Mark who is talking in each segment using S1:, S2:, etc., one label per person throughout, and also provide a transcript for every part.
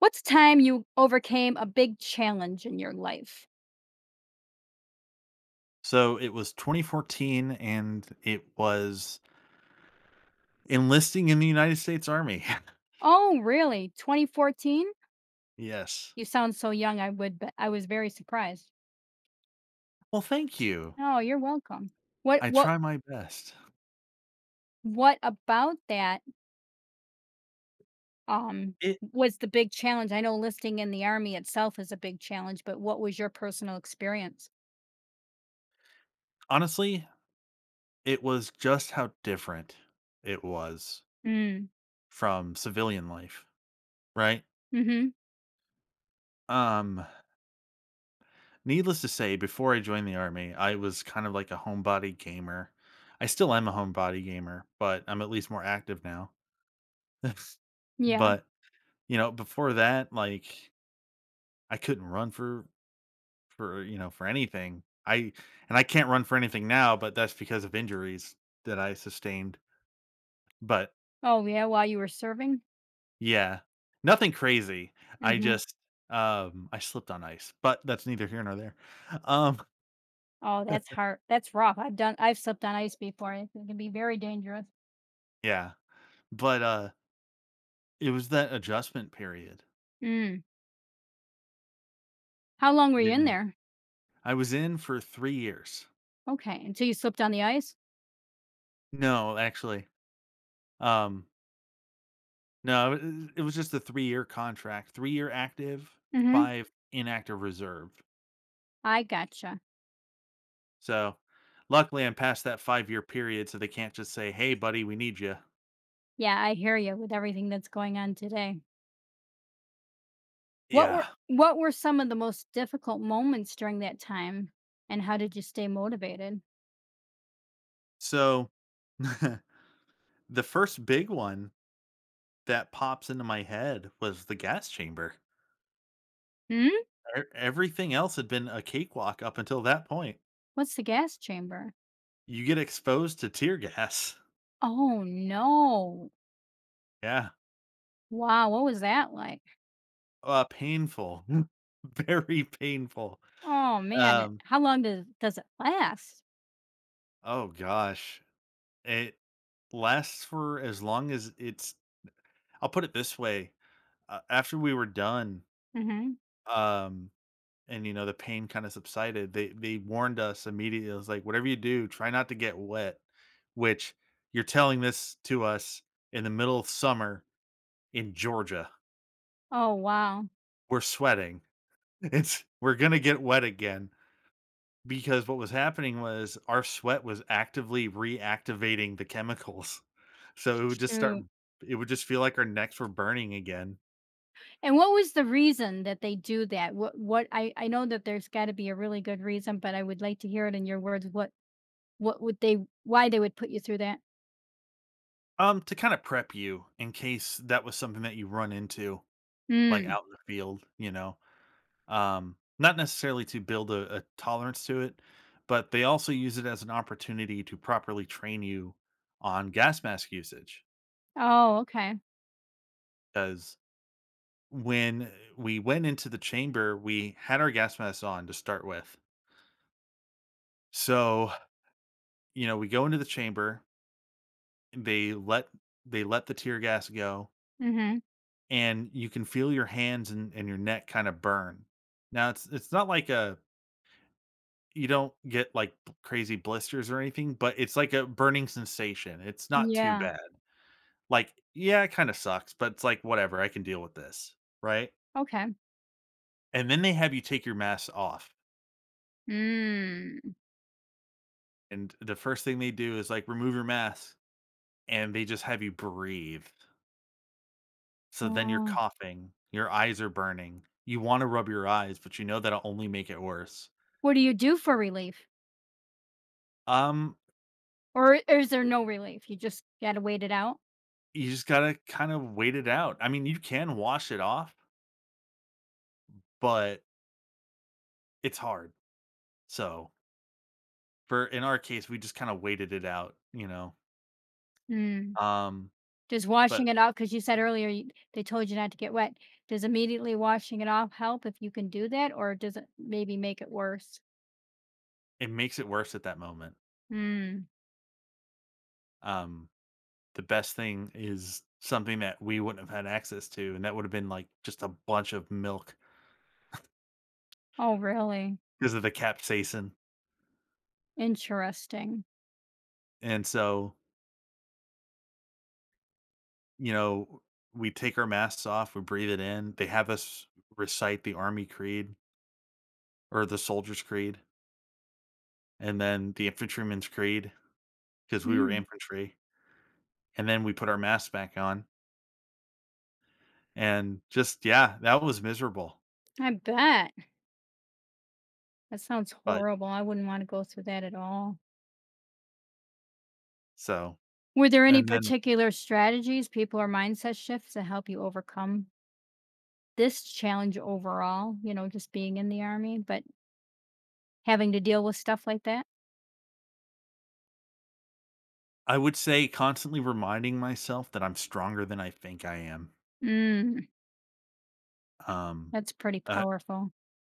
S1: What's time you overcame a big challenge in your life?
S2: So it was 2014, and it was enlisting in the United States Army.
S1: Oh, really? 2014?
S2: Yes.
S1: You sound so young. I would but I was very surprised.
S2: Well, thank you.
S1: Oh, you're welcome. What
S2: I
S1: what
S2: try my best.
S1: what about that um
S2: It
S1: was the big challenge? I know listing in the army itself is a big challenge, but what was your personal experience?
S2: honestly, it was just how different it was
S1: Mm.
S2: from civilian life, right?
S1: Mhm.
S2: Um, Needless to say, before I joined the army, I was kind of like a homebody gamer. I still am a homebody gamer, but I'm at least more active now.
S1: Yeah.
S2: But, before that, like I couldn't run for anything. I and I can't run for anything now, but that's because of injuries that I sustained. But
S1: Oh, yeah, while you were serving?
S2: yeah, nothing crazy. I
S1: Mhm.
S2: just, I slipped on ice, but that's neither here nor there. Um,
S1: Oh, that's hard. That's rough. I've slept on ice before. It can be very dangerous.
S2: yeah, but, it was that adjustment period.
S1: Mm. How long were you in
S2: Getting
S1: there?
S2: I was in for 3 years.
S1: Okay, until you slipped on the ice?
S2: No, actually, um, no, it was just a 3-year contract, 3-year active,
S1: Mhm.
S2: 5 inactive reserve.
S1: I gotcha.
S2: So, luckily, I'm past that 5-year period, so they can't just say, "Hey, buddy, we need you."
S1: Yeah, I hear you with everything that's going on today. What were
S2: Yeah.
S1: what were some of the most difficult moments during that time, and how did you stay motivated?
S2: So, the first big one that pops into my head was the gas chamber.
S1: Hmm?
S2: E everything else had been a cakewalk up until that point.
S1: What's the gas chamber?
S2: You get exposed to tear gas.
S1: Oh, no.
S2: Yeah.
S1: Wow, what was that like?
S2: Painful. Very painful.
S1: Oh, man, it
S2: Um,
S1: how long does it last?
S2: oh gosh. It lasts for as long as it's I'll put it this way, after we were done,
S1: Mhm.
S2: Um, and the pain kinda subsided. They warned us immediately. It was like, "Whatever you do, try not to get wet," which you're telling this to us in the middle of summer in Georgia.
S1: Oh, wow.
S2: We're sweating. It's We're gonna get wet again because what was happening was our sweat was actively reactivating the chemicals. So
S1: Shoot.
S2: it would just feel like our necks were burning again.
S1: And what was the reason that they do that? What I know that there's got to be a really good reason, but I would like to hear it in your words. What would they why they would put you through that?
S2: To kinda prep you in case that was something that you run into, like,
S1: Mm.
S2: out in the field, you know? Not necessarily to build a tolerance to it, but they also use it as an opportunity to properly train you on gas mask usage.
S1: Oh, okay.
S2: Because when we went into the chamber, we had our gas masks on to start with. So we go into the chamber. They let they let the tear gas go,
S1: Mhm.
S2: and you can feel your hands and your neck kind of burn. Now it's not like a You don't get, like, b crazy blisters or anything, but it's like a burning sensation. It's not too
S1: Yeah.
S2: bad. Like, yeah, it kinda sucks, but it's like, "Whatever, I can deal with this," right?
S1: Okay.
S2: And then they have you take your mask off,
S1: Mm.
S2: and the first thing they do is, like, remove your mask, and they just have you breathe. So then you're
S1: Wow.
S2: coughing, your eyes are burning. You wanna rub your eyes, but you know that'll only make it worse.
S1: What do you do for relief?
S2: Um,
S1: Or is there no relief? You just gotta wait it out?
S2: you just gotta kind of wait it out. I mean, you can wash it off, but it's hard. So For in our case, we just kinda waited it out, you know?
S1: Mm.
S2: Um,
S1: Does
S2: but
S1: washing it off, because you said earlier you they told you not to get wet. Does immediately washing it off help if you can do that, or does it maybe make it worse?
S2: It makes it worse at that moment.
S1: Mm.
S2: Um, the best thing is something that we wouldn't have had access to, and that would have been, like, just a bunch of milk
S1: Oh, really?
S2: because of the capsaicin,
S1: Interesting.
S2: and so, you know, we take our masks off, we breathe it in, they have us recite the Army Creed or the Soldier's Creed, and then the Infantryman's Creed because we were
S1: Mm.
S2: infantry, and then we put our masks back on, and just yeah, that was miserable.
S1: I bet. That sounds
S2: Right.
S1: horrible. I wouldn't wanna go through that at all.
S2: So,
S1: Were there any
S2: and then
S1: particular strategies, people or mindset shifts that help you overcome this challenge overall, you know, just being in the Army, but having to deal with stuff like that?
S2: I would say constantly reminding myself that I'm stronger than I think I am.
S1: Mm,
S2: Um,
S1: that's pretty
S2: a
S1: powerful.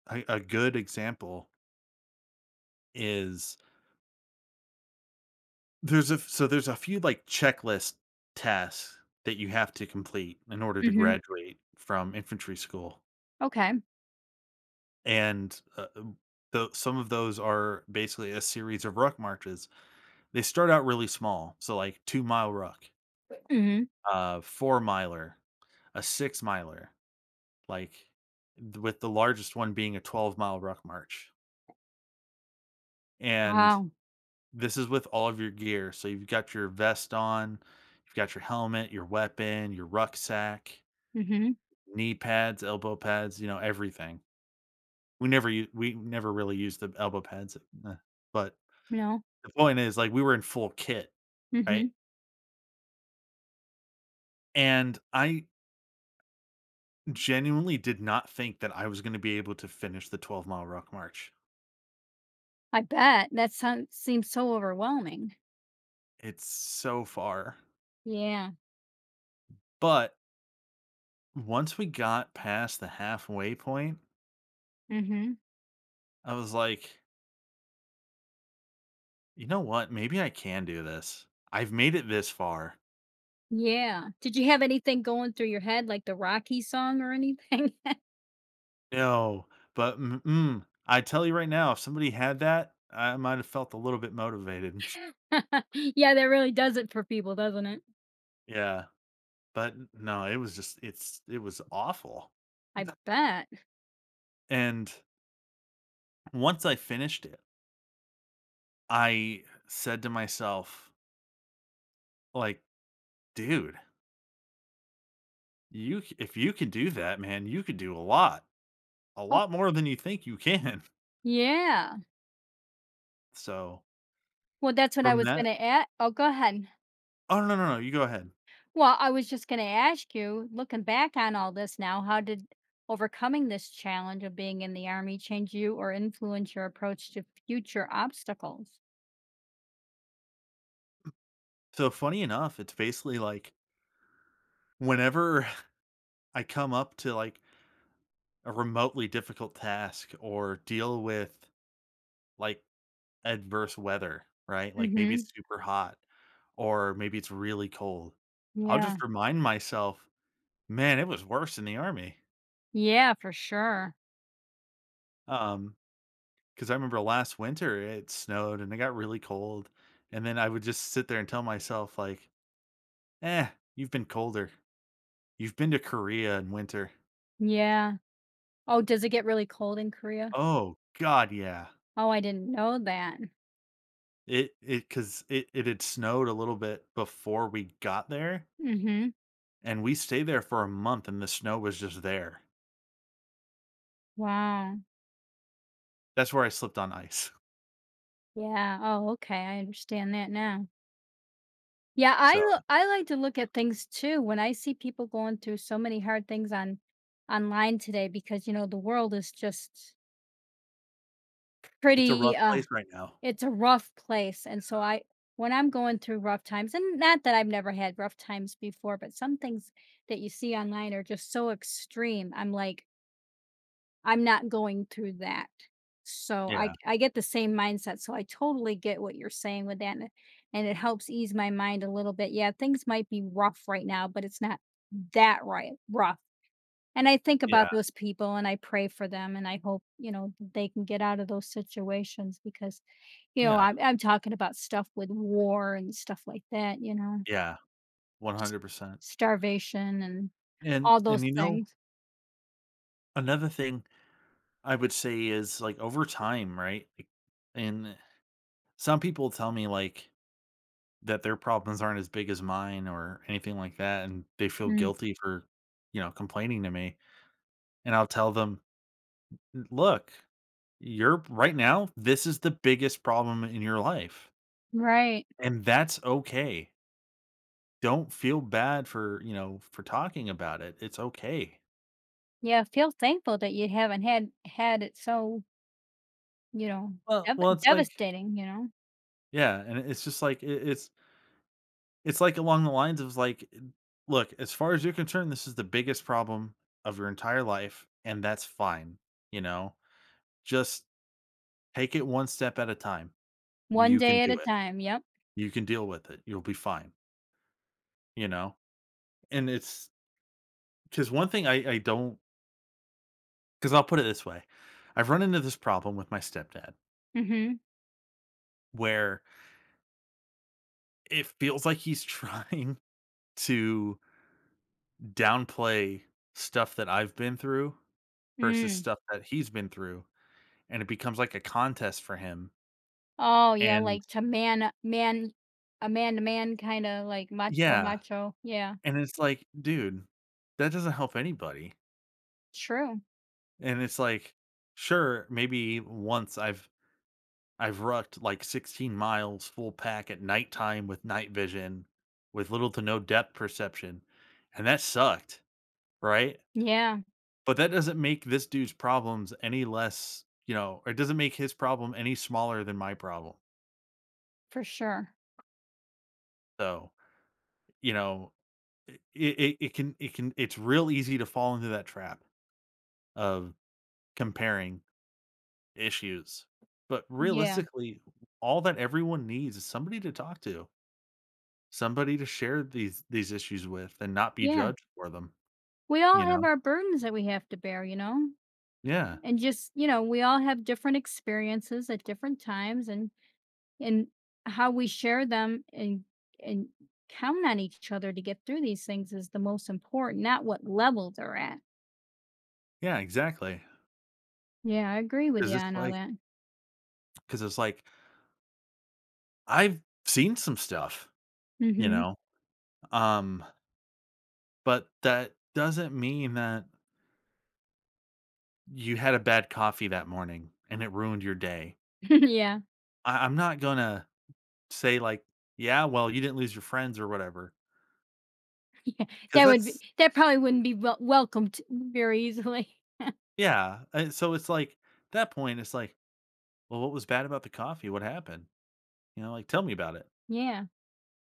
S2: a good example is there's a few like checklist tasks that you have to complete in order to
S1: Mhm.
S2: graduate from infantry school,
S1: Okay.
S2: and tho some of those are basically a series of ruck marches. They start out really small, so like 2-mile ruck,
S1: Mhm.
S2: 4 miler, a 6 miler. like with the largest one being a 12-mile ruck march. And
S1: Wow.
S2: this is with all of your gear. So you've got your vest on, you've got your helmet, your weapon, your rucksack,
S1: Mhm.
S2: knee pads, elbow pads, you know, everything. We never really used the elbow pads, eh, but
S1: No.
S2: the point is like we were in full kit, right?
S1: Mhm.
S2: And I genuinely did not think that I was going to be able to finish the 12-mile ruck march.
S1: I bet that sounds seems so overwhelming.
S2: It's so far.
S1: Yeah.
S2: But once we got past the halfway point,
S1: Mhm.
S2: I was like, "You know what? Maybe I can do this. I've made it this far."
S1: Yeah. Did you have anything going through your head like the Rocky song or anything?
S2: No, but mm-mm. I tell you right now, if somebody had that, I might have felt a little bit motivated.
S1: Yeah, that really does it for people, doesn't it?
S2: Yeah, but no, it was awful.
S1: I bet.
S2: And once I finished it, I said to myself, like, dude, if you can do that, man, you could do a lot more than you think you can.
S1: Yeah.
S2: So
S1: Well, that's what I
S2: from
S1: was
S2: that
S1: gonna add. Oh, go ahead.
S2: Oh, no, no, no, you go ahead.
S1: Well, I was just gonna ask you, looking back on all this now, how did overcoming this challenge of being in the Army change you or influence your approach to future obstacles?
S2: So, funny enough, it's basically like whenever I come up to like a remotely difficult task or deal with like adverse weather, right? Like maybe
S1: Mhm.
S2: it's super hot or maybe it's really cold. I'll
S1: Yeah.
S2: just remind myself, man, it was worse in the army.
S1: Yeah, for sure.
S2: Um, because I remember last winter it snowed and it got really cold. And then I would just sit there and tell myself, like, eh, you've been colder. You've been to Korea in winter.
S1: Yeah. Oh, does it get really cold in Korea?
S2: Oh, god, yeah.
S1: Oh, I didn't know that.
S2: It Because it had snowed a little bit before we got there,
S1: Mhm.
S2: and we stayed there for a month, and the snow was just there.
S1: Wow.
S2: That's where I slipped on ice.
S1: Yeah. Oh, okay. I understand that now. Yeah,
S2: So,
S1: I like to look at things too when I see people going through so many hard things on online today because, you know, the world is just
S2: it's a
S1: pretty,
S2: rough place right now.
S1: it's a rough place, and so I when I'm going through rough times and not that I've never had rough times before, but some things that you see online are just so extreme, I'm like, I'm not going through that. So I
S2: Yeah,
S1: I get the same mindset, so I totally get what you're saying with that, and it helps ease my mind a little bit. Yeah, things might be rough right now, but it's not that right rough. And I think
S2: yeah,
S1: about those people and I pray for them and I hope, you know, they can get out of those situations because, you know,
S2: yeah,
S1: I'm talking about stuff with war and stuff like that, you know,
S2: yeah,
S1: s-
S2: 100%.
S1: starvation and
S2: And
S1: all those
S2: you know,
S1: things.
S2: another thing I would say is, like, over time, right? Like, and Some people tell me, like, that their problems aren't as big as mine or anything like that, and they feel
S1: Mm,
S2: guilty for, you know, complaining to me. And I'll tell them, "Look, you're right now, this is the biggest problem in your life,
S1: right.
S2: and that's okay. Don't feel bad for, you know, for talking about it. It's okay."
S1: Yeah, feel thankful that you haven't had it so, you know,
S2: Well
S1: dev
S2: well, it's like
S1: devastating, you know?
S2: Yeah, and it's just like it it's like along the lines of like, "Look, as far as you're concerned, this is the biggest problem of your entire life, and that's fine, you know? Just take it one step at a time.
S1: One
S2: You can
S1: day at a
S2: do it.
S1: time, yep.
S2: You can deal with it. You'll be fine," you know? And it's Because one thing I don't because I'll put it this way, I've run into this problem with my stepdad
S1: Mhm,
S2: where it feels like he's trying to downplay stuff that I've been through versus
S1: mm.
S2: stuff that he's been through, and it becomes like a contest for him.
S1: Oh, yeah,
S2: And
S1: like to man man a man-to-man kinda like macho
S2: Yeah,
S1: macho, yeah.
S2: and it's like, dude, that doesn't help anybody.
S1: True.
S2: And it's like, sure, maybe once I've rucked like 16 miles full pack at nighttime with night vision, with little to no depth perception, and that sucked, right?
S1: Yeah,
S2: But that doesn't make this dude's problems any less, you know, or it doesn't make his problem any smaller than my problem.
S1: for sure.
S2: So, you know, it's real easy to fall into that trap of comparing issues. But
S1: Yeah,
S2: realistically, all that everyone needs is somebody to talk to, somebody to share these issues with and not be
S1: yeah.
S2: judged for them,
S1: We all
S2: you
S1: have
S2: know?
S1: our burdens that we have to bear, you know?
S2: Yeah.
S1: And just, you know, we all have different experiences at different times and how we share them and count on each other to get through these things is the most important, not what level they're at.
S2: Yeah, exactly.
S1: Yeah, I agree with you
S2: Because it's
S1: on all
S2: like
S1: that.
S2: 'cause It's like, I've seen some stuff, you
S1: Mhm.
S2: know? Um, but That doesn't mean that you had a bad coffee that morning and it ruined your day.
S1: Yeah.
S2: I'm not gonna say like, "Yeah, well, you didn't lose your friends or whatever.
S1: Yeah.
S2: Because
S1: That would be
S2: that's
S1: that probably wouldn't be welcomed very easily.
S2: Yeah, and so it's like, that point, it's like, "Well, what was bad about the coffee? What happened?" You know, like, "Tell me about it.
S1: Yeah.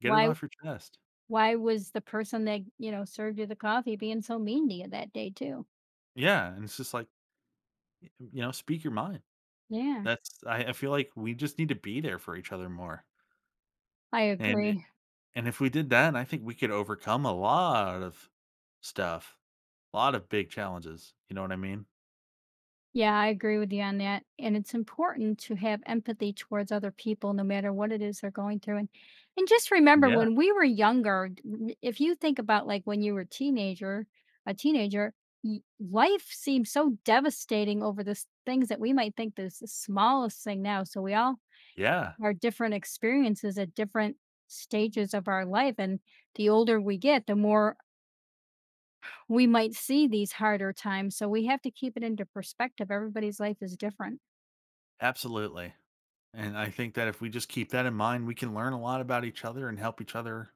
S2: Get it
S1: Why
S2: off your chest."
S1: why was the person that, you know, served you the coffee being so mean to you that day too?
S2: Yeah, and it's just like, y you know, speak your mind.
S1: Yeah,
S2: That's I feel like we just need to be there for each other more,
S1: I
S2: and i
S1: agree.
S2: and if we did that, I think we could overcome a lot of stuff, a lot of big challenges, you know what I mean?
S1: Yeah, I agree with you on that. And it's important to have empathy towards other people, no matter what it is they're going through. And just remember,
S2: Yeah,
S1: when we were younger, if you think about like when you were teenager, a teenager, life seems so devastating over the things that we might think is the smallest thing now. So we all
S2: yeah,
S1: are different experiences at different stages of our life, and the older we get, the more we might see these harder times. So we have to keep it into perspective. Everybody's life is different.
S2: Absolutely, and I think that if we just keep that in mind, we can learn a lot about each other and help each other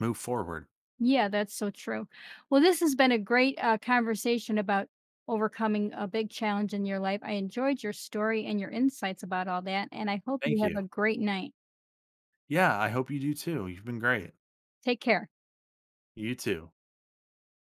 S2: move forward.
S1: Yeah, that's so true. Well, this has been a great conversation about overcoming a big challenge in your life. I enjoyed your story and your insights about all that, and I hope you
S2: Thank
S1: have
S2: you.
S1: a great night.
S2: Yeah, I hope you do too, you've been great.
S1: Take care.
S2: You too.